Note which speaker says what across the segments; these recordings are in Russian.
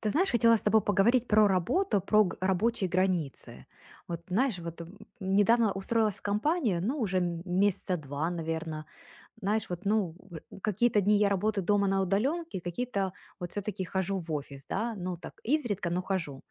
Speaker 1: Ты знаешь, хотела с тобой поговорить про работу, про рабочие границы. Вот знаешь, вот недавно устроилась в компанию, ну, уже месяца два, наверное. Знаешь, вот, ну, какие-то дни я работаю дома на удаленке, какие-то вот все-таки хожу в офис, да, ну, так, изредка, но хожу.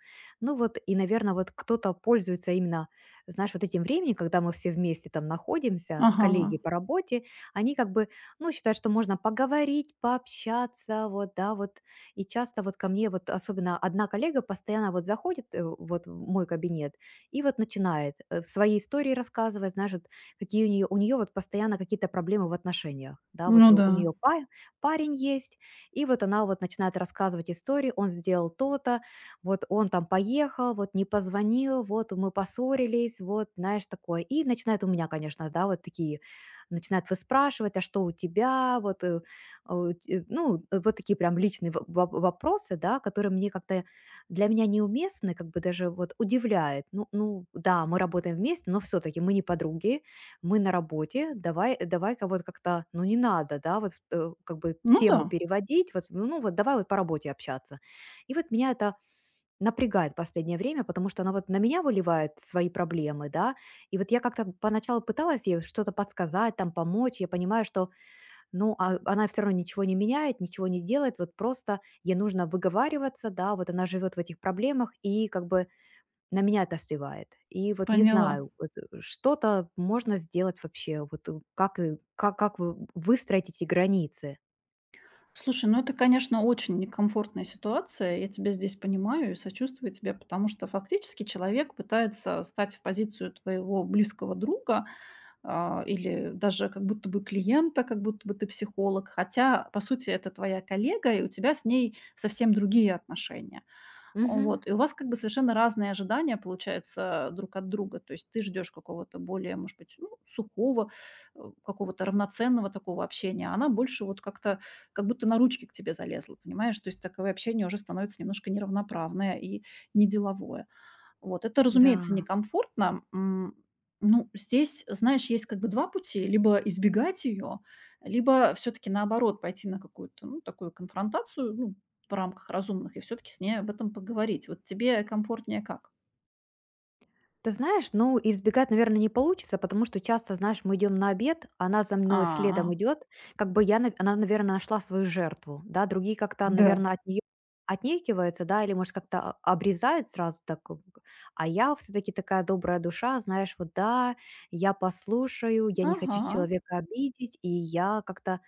Speaker 1: Ну, вот, и, наверное, вот кто-то пользуется именно, знаешь, вот этим временем, когда мы все вместе там находимся,
Speaker 2: Ага,
Speaker 1: коллеги по работе, они как бы, ну, считают, что можно поговорить, пообщаться, вот, да, вот, и часто вот ко мне вот особенно одна коллега постоянно вот заходит вот в мой кабинет и вот начинает свои истории рассказывать, знаешь, вот какие у нее вот постоянно какие-то проблемы в отношениях, да, вот
Speaker 2: ну да,
Speaker 1: у нее парень есть, и вот она вот начинает рассказывать истории, он сделал то-то, вот он там поехал, вот не позвонил, вот мы поссорились, вот, знаешь, такое. И начинает у меня, конечно, да, вот такие, начинает выспрашивать, а что у тебя, вот вот такие прям личные во во вопросы, да, которые мне как-то для меня неуместны, как бы даже вот удивляет. Ну да, мы работаем вместе, но все таки мы не подруги, мы на работе, давай-ка вот как-то, ну, не надо, да, вот, как бы
Speaker 2: ну да,
Speaker 1: тему переводить, вот, ну вот давай вот по работе общаться. И вот меня это напрягает в последнее время, потому что она вот на меня выливает свои проблемы, да, и вот я как-то поначалу пыталась ей что-то подсказать, там, помочь. Я понимаю, что ну, а она все равно ничего не меняет, ничего не делает, вот просто ей нужно выговариваться, да, вот она живет в этих проблемах и как бы на меня это сливает. И вот не
Speaker 2: поняла.
Speaker 1: знаю, вот, что-то можно сделать вообще, вот, как и как как вы выстроить эти границы?
Speaker 2: Слушай, ну это, конечно, очень некомфортная ситуация. Я тебя здесь понимаю и сочувствую тебе, потому что фактически человек пытается стать в позицию твоего близкого друга, или даже как будто бы клиента, как будто бы ты психолог, хотя, по сути, это твоя коллега, и у тебя с ней совсем другие отношения.
Speaker 1: Мгм.
Speaker 2: Вот, и у вас как бы совершенно разные ожидания, получается, друг от друга. То есть ты ждешь какого-то более, может быть, ну, сухого, какого-то равноценного такого общения, а она больше вот как-то, как будто на ручки к тебе залезла, понимаешь? То есть такое общение уже становится немножко неравноправное и неделовое. Вот это, разумеется,
Speaker 1: Да.
Speaker 2: некомфортно. Ну, здесь, знаешь, есть как бы 2 пути: либо избегать ее, либо все таки наоборот, пойти на какую-то, ну, такую конфронтацию, ну, в рамках разумных и все таки с ней об этом поговорить. Вот тебе комфортнее как?
Speaker 1: Ты знаешь, ну, избегать, наверное, не получится, потому что часто, знаешь, мы идем на обед, она за мной
Speaker 2: А,
Speaker 1: следом идет, как бы она, наверное, нашла свою жертву, да, другие как-то,
Speaker 2: да.
Speaker 1: наверное, от нее отнекиваются, да, или, может, как-то обрезают сразу так, а я все-таки такая добрая душа, знаешь, вот да, я послушаю, я не хочу
Speaker 2: Ага.
Speaker 1: человека обидеть, и я как-то,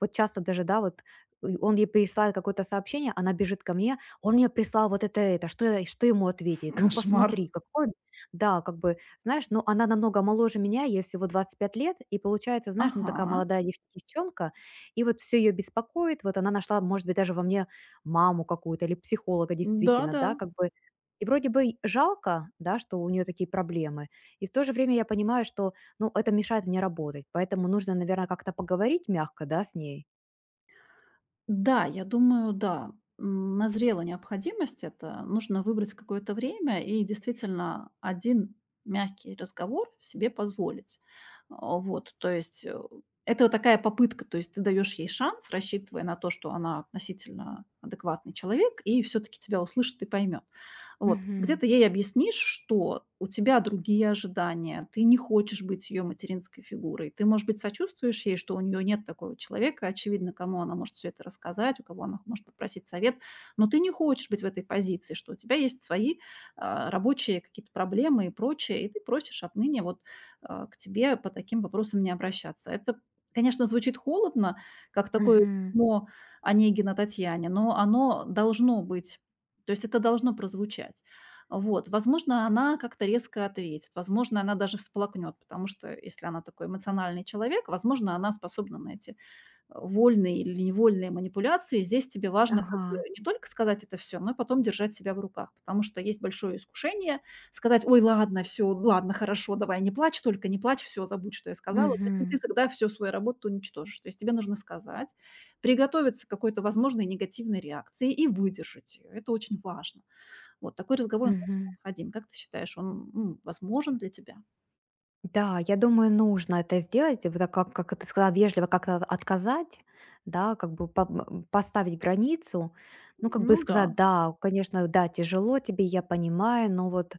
Speaker 1: вот часто даже, да, вот и он ей присылает какое-то сообщение, она бежит ко мне, он мне прислал вот это, что, что ему ответить? Ну,
Speaker 2: Кошмар.
Speaker 1: посмотри, какой да, как бы, знаешь, ну она намного моложе меня, ей всего 25 лет, и получается, знаешь, ну такая
Speaker 2: Ага.
Speaker 1: молодая девчонка, и вот все ее беспокоит, вот она нашла, может быть, даже во мне маму какую-то или психолога действительно,
Speaker 2: Да-да.
Speaker 1: да, как бы, и вроде бы и жалко, да, что у нее такие проблемы, и в то же время я понимаю, что, ну, это мешает мне работать, поэтому нужно, наверное, как-то поговорить мягко, да, с ней.
Speaker 2: Да, я думаю, да, назрела необходимость. Это нужно выбрать какое-то время и действительно один мягкий разговор себе позволить. А, вот, то есть, это вот такая попытка, то есть ты даешь ей шанс, рассчитывая на то, что она относительно адекватный человек и все-таки тебя услышит и поймет. Вот. Где
Speaker 1: Мгм.
Speaker 2: то ей объяснишь, что у тебя другие ожидания, ты не хочешь быть ее материнской фигурой. Ты, может быть, сочувствуешь ей, что у нее нет такого человека, очевидно, кому она может все это рассказать, у кого она может попросить совет, но ты не хочешь быть в этой позиции, что у тебя есть свои рабочие какие-то проблемы и прочее, и ты просишь отныне вот к тебе по таким вопросам не обращаться. Это, конечно, звучит холодно, как такое
Speaker 1: Мгм.
Speaker 2: письмо Онегина Татьяне, но оно должно быть, то есть это должно прозвучать. Вот. Возможно, она как-то резко ответит, возможно, она даже всплакнет, потому что если она такой эмоциональный человек, возможно, она способна на эти вольные или невольные манипуляции. Здесь тебе важно как бы
Speaker 1: Ага.
Speaker 2: не только сказать это все, но и потом держать себя в руках, потому что есть большое искушение сказать: "Ой, ладно, все, ладно, хорошо, давай, не плачь только, не плачь, все забудь, что я сказала". Да, и
Speaker 1: Мгм.
Speaker 2: ты тогда всю свою работу уничтожишь. То есть тебе нужно сказать, приготовиться к какой-то возможной негативной реакции и выдержать ее. Это очень важно. Вот такой разговор, он, конечно,
Speaker 1: Мгм.
Speaker 2: необходим. Как ты считаешь, он, возможен для тебя?
Speaker 1: Да, я думаю, нужно это сделать, вот так как ты сказала, вежливо как-то отказать, да, как бы поставить границу, ну, как бы
Speaker 2: Ну да.
Speaker 1: сказать, да, конечно, да, тяжело тебе, я понимаю, но вот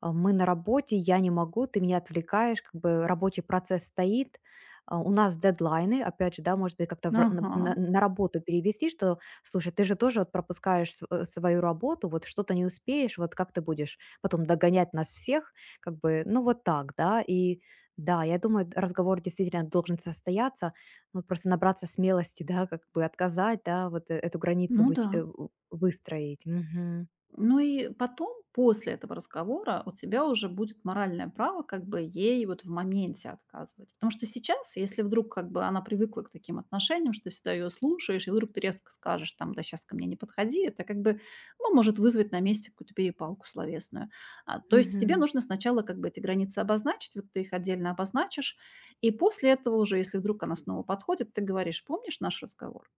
Speaker 1: мы на работе, я не могу, ты меня отвлекаешь, как бы рабочий процесс стоит, у нас дедлайны, опять же, да, может быть, как-то в р-
Speaker 2: Ага.
Speaker 1: на работу перевести, что, слушай, ты же тоже вот пропускаешь свою работу, вот что-то не успеешь, вот как ты будешь потом догонять нас всех, как бы, ну, вот так, да. И да, я думаю, разговор действительно должен состояться. Вот просто набраться смелости, да, как бы отказать, да, вот, эту границу
Speaker 2: Ну
Speaker 1: выч
Speaker 2: да.
Speaker 1: э, у выстроить. Мгм.
Speaker 2: Ну и потом, после этого разговора, у тебя уже будет моральное право как бы ей вот в моменте отказывать. Потому что сейчас, если вдруг как бы она привыкла к таким отношениям, что ты всегда ее слушаешь, и вдруг ты резко скажешь, там, да сейчас ко мне не подходи, это как бы, ну, может вызвать на месте какую-то перепалку словесную. А, то есть тебе
Speaker 1: Мгм.
Speaker 2: нужно сначала как бы эти границы обозначить, вот ты их отдельно обозначишь, и после этого уже, если вдруг она снова подходит, ты говоришь, помнишь наш разговор?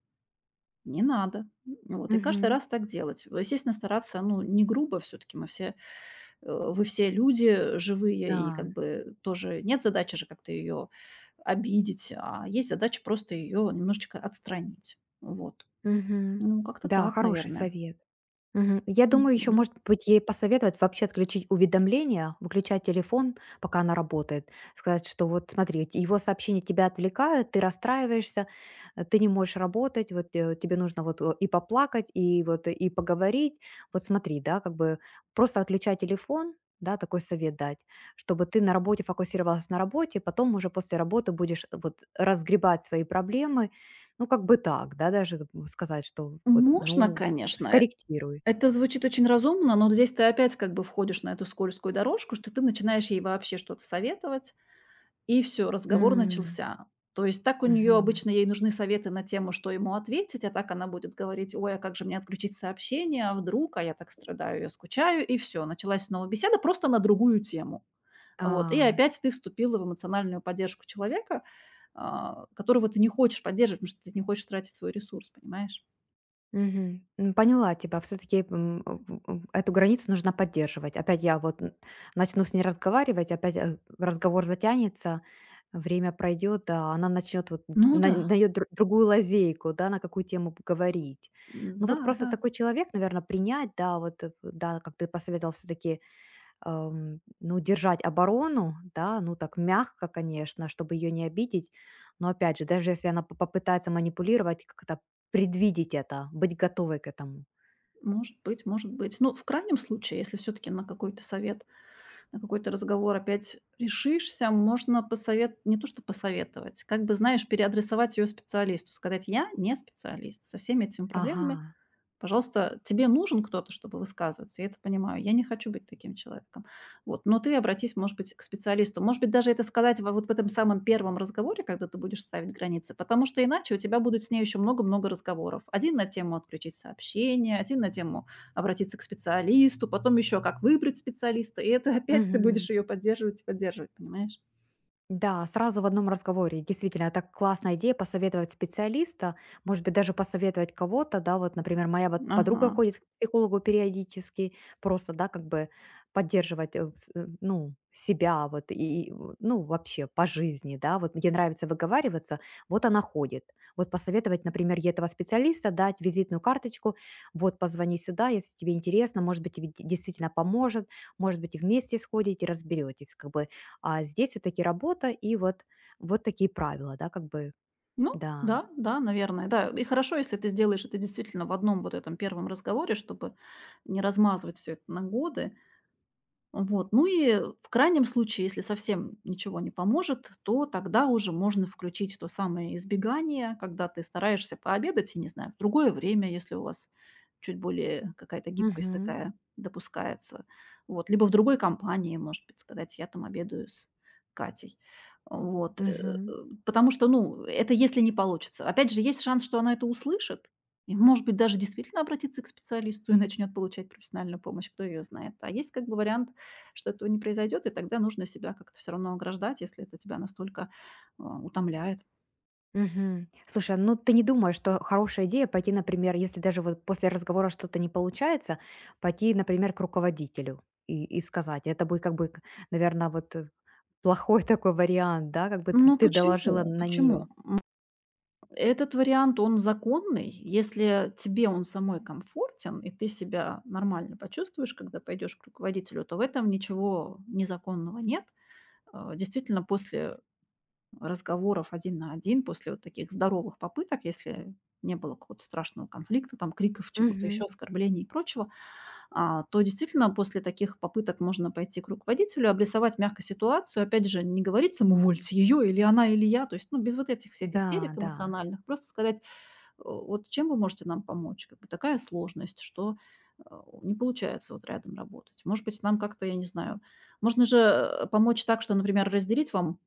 Speaker 2: Не надо. Вот. И каждый
Speaker 1: Мгм.
Speaker 2: раз так делать. Естественно, стараться, ну, не грубо все-таки. Вы все люди живые, и как
Speaker 1: Да.
Speaker 2: бы тоже нет задачи же как-то ее обидеть, а есть задача просто ее немножечко отстранить. Вот.
Speaker 1: Мгм.
Speaker 2: Ну, как-то
Speaker 1: Да,
Speaker 2: так,
Speaker 1: хороший
Speaker 2: наверное.
Speaker 1: совет. Мгм. Я думаю, еще,
Speaker 2: Мгм.
Speaker 1: может быть, ей посоветовать вообще отключить уведомления, выключать телефон, пока она работает. Сказать, что вот смотри, его сообщения тебя отвлекают, ты расстраиваешься, ты не можешь работать, вот тебе нужно вот и поплакать, и вот и поговорить. Вот смотри, да, как бы просто отключай телефон, да, такой совет дать, чтобы ты на работе фокусировалась на работе, потом уже после работы будешь вот разгребать свои проблемы, ну, как бы так, да, даже сказать, что вот,
Speaker 2: Можно,
Speaker 1: ну,
Speaker 2: конечно.
Speaker 1: скорректируй.
Speaker 2: Это звучит очень разумно, но вот здесь ты опять как бы входишь на эту скользкую дорожку, что ты начинаешь ей вообще что-то советовать, и все, разговор
Speaker 1: М,
Speaker 2: начался. То есть так у нее
Speaker 1: Мгм.
Speaker 2: обычно ей нужны советы на тему, что ему ответить, а так она будет говорить: "Ой, а как же мне отключить сообщение? А вдруг? А я так страдаю, я скучаю". И все. Началась снова беседа просто на другую тему. Вот, и
Speaker 1: А,
Speaker 2: опять ты вступила в эмоциональную поддержку человека, которого ты не хочешь поддерживать, потому что ты не хочешь тратить свой ресурс, понимаешь?
Speaker 1: Мгм. Поняла тебя. Все-таки эту границу нужно поддерживать. Опять я вот начну с ней разговаривать, опять разговор затянется, время пройдет, а она начнет вот
Speaker 2: Ну да,
Speaker 1: дает другую лазейку, да, на какую тему говорить. Ну
Speaker 2: да,
Speaker 1: вот просто
Speaker 2: да,
Speaker 1: такой человек, наверное, принять, да, вот, да, как ты посоветовал все-таки ну, держать оборону, да, ну, так мягко, конечно, чтобы ее не обидеть. Но опять же, даже если она попытается манипулировать, как-то предвидеть это, быть готовой к этому.
Speaker 2: может быть, может быть. Ну, в крайнем случае, если все таки на какой-то совет на какой-то разговор опять решишься, можно посовет не то что посоветовать, как бы, знаешь, переадресовать ее специалисту, сказать: "Я не специалист. Со всеми этими проблемами
Speaker 1: Ага.
Speaker 2: пожалуйста, тебе нужен кто-то, чтобы высказываться, я это понимаю. Я не хочу быть таким человеком. Вот, но ты обратись, может быть, к специалисту". Может быть, даже это сказать вот в этом самом первом разговоре, когда ты будешь ставить границы, потому что иначе у тебя будет с ней еще много-много разговоров. Один на тему отключить сообщение, один на тему обратиться к специалисту, потом еще как выбрать специалиста, и это опять ты будешь ее поддерживать и поддерживать, понимаешь?
Speaker 1: Да, сразу в одном разговоре. Действительно, это классная идея посоветовать специалиста, может быть, даже посоветовать кого-то, да, вот, например, моя вот подруга
Speaker 2: Ага.
Speaker 1: ходит к психологу периодически, просто, да, как бы поддерживать, ну, себя вот и, ну, вообще по жизни, да, вот ей нравится выговариваться, вот она ходит. Вот посоветовать, например, ей этого специалиста, дать визитную карточку, вот позвони сюда, если тебе интересно, может быть, тебе действительно поможет, может быть, и вместе сходите, разберетесь, как бы а здесь все таки работа и вот вот такие правила, да, как бы,
Speaker 2: Ну
Speaker 1: да.
Speaker 2: да, да, наверное, да. И хорошо, если ты сделаешь это действительно в одном вот этом первом разговоре, чтобы не размазывать все это на годы. Вот. Ну и в крайнем случае, если совсем ничего не поможет, то тогда уже можно включить то самое избегание, когда ты стараешься пообедать, я не знаю, в другое время, если у вас чуть более какая-то гибкость
Speaker 1: Мгм.
Speaker 2: такая допускается. Вот. Либо в другой компании, может быть, сказать, я там обедаю с Катей. Вот.
Speaker 1: Мгм.
Speaker 2: э, Потому что, ну, это если не получится. Опять же, есть шанс, что она это услышит, и, может быть, даже действительно обратиться к специалисту и начнет получать профессиональную помощь, кто ее знает. А есть как бы вариант, что этого не произойдет, и тогда нужно себя как-то все равно ограждать, если это тебя настолько, утомляет.
Speaker 1: Мгм. Слушай, ну ты не думаешь, что хорошая идея пойти, например, если даже вот после разговора что-то не получается, пойти, например, к руководителю и сказать? Это будет как бы, наверное, вот, плохой такой вариант, да, как бы т
Speaker 2: Ну
Speaker 1: ты доложила
Speaker 2: почему?
Speaker 1: на
Speaker 2: Почему?
Speaker 1: нее?
Speaker 2: Этот вариант, он законный. Если тебе он самой комфортен, и ты себя нормально почувствуешь, когда пойдешь к руководителю, то в этом ничего незаконного нет. А, действительно, после разговоров один на один после вот таких здоровых попыток, если не было какого-то страшного конфликта, там, криков, чего-то
Speaker 1: Мгм.
Speaker 2: еще, оскорблений и прочего, то действительно после таких попыток можно пойти к руководителю, обрисовать мягко ситуацию. Опять же, не говорить самовольце ее или она, или я, то есть ну, без вот этих всех
Speaker 1: Да,
Speaker 2: истерик
Speaker 1: да.
Speaker 2: эмоциональных, просто сказать, вот чем вы можете нам помочь, как бы такая сложность, что не получается вот рядом работать. Может быть, нам как-то, я не знаю, можно же помочь так, что, например, разделить вам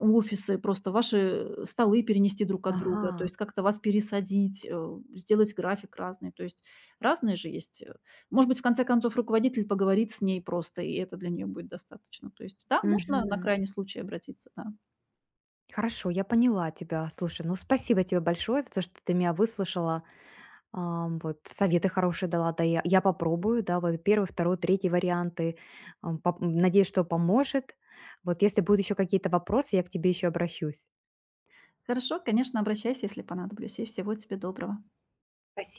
Speaker 2: офисы, просто ваши столы перенести друг от друга, то
Speaker 1: Ага.
Speaker 2: есть как-то вас пересадить, сделать график разный. То есть разные же есть. Может быть, в конце концов, руководитель поговорит с ней просто, и это для нее будет достаточно. То есть, да, можно на
Speaker 1: Мгм.
Speaker 2: крайний случай обратиться, да.
Speaker 1: Хорошо, я поняла тебя. Слушай, ну спасибо тебе большое за то, что ты меня выслушала. Вот советы хорошие дала, да, я попробую, да, вот первый, второй, третий варианты. Надеюсь, что поможет. Вот если будут еще какие-то вопросы, я к тебе еще обращусь.
Speaker 2: Хорошо, конечно, обращайся, если понадоблюсь, и всего тебе доброго.
Speaker 1: Спасибо.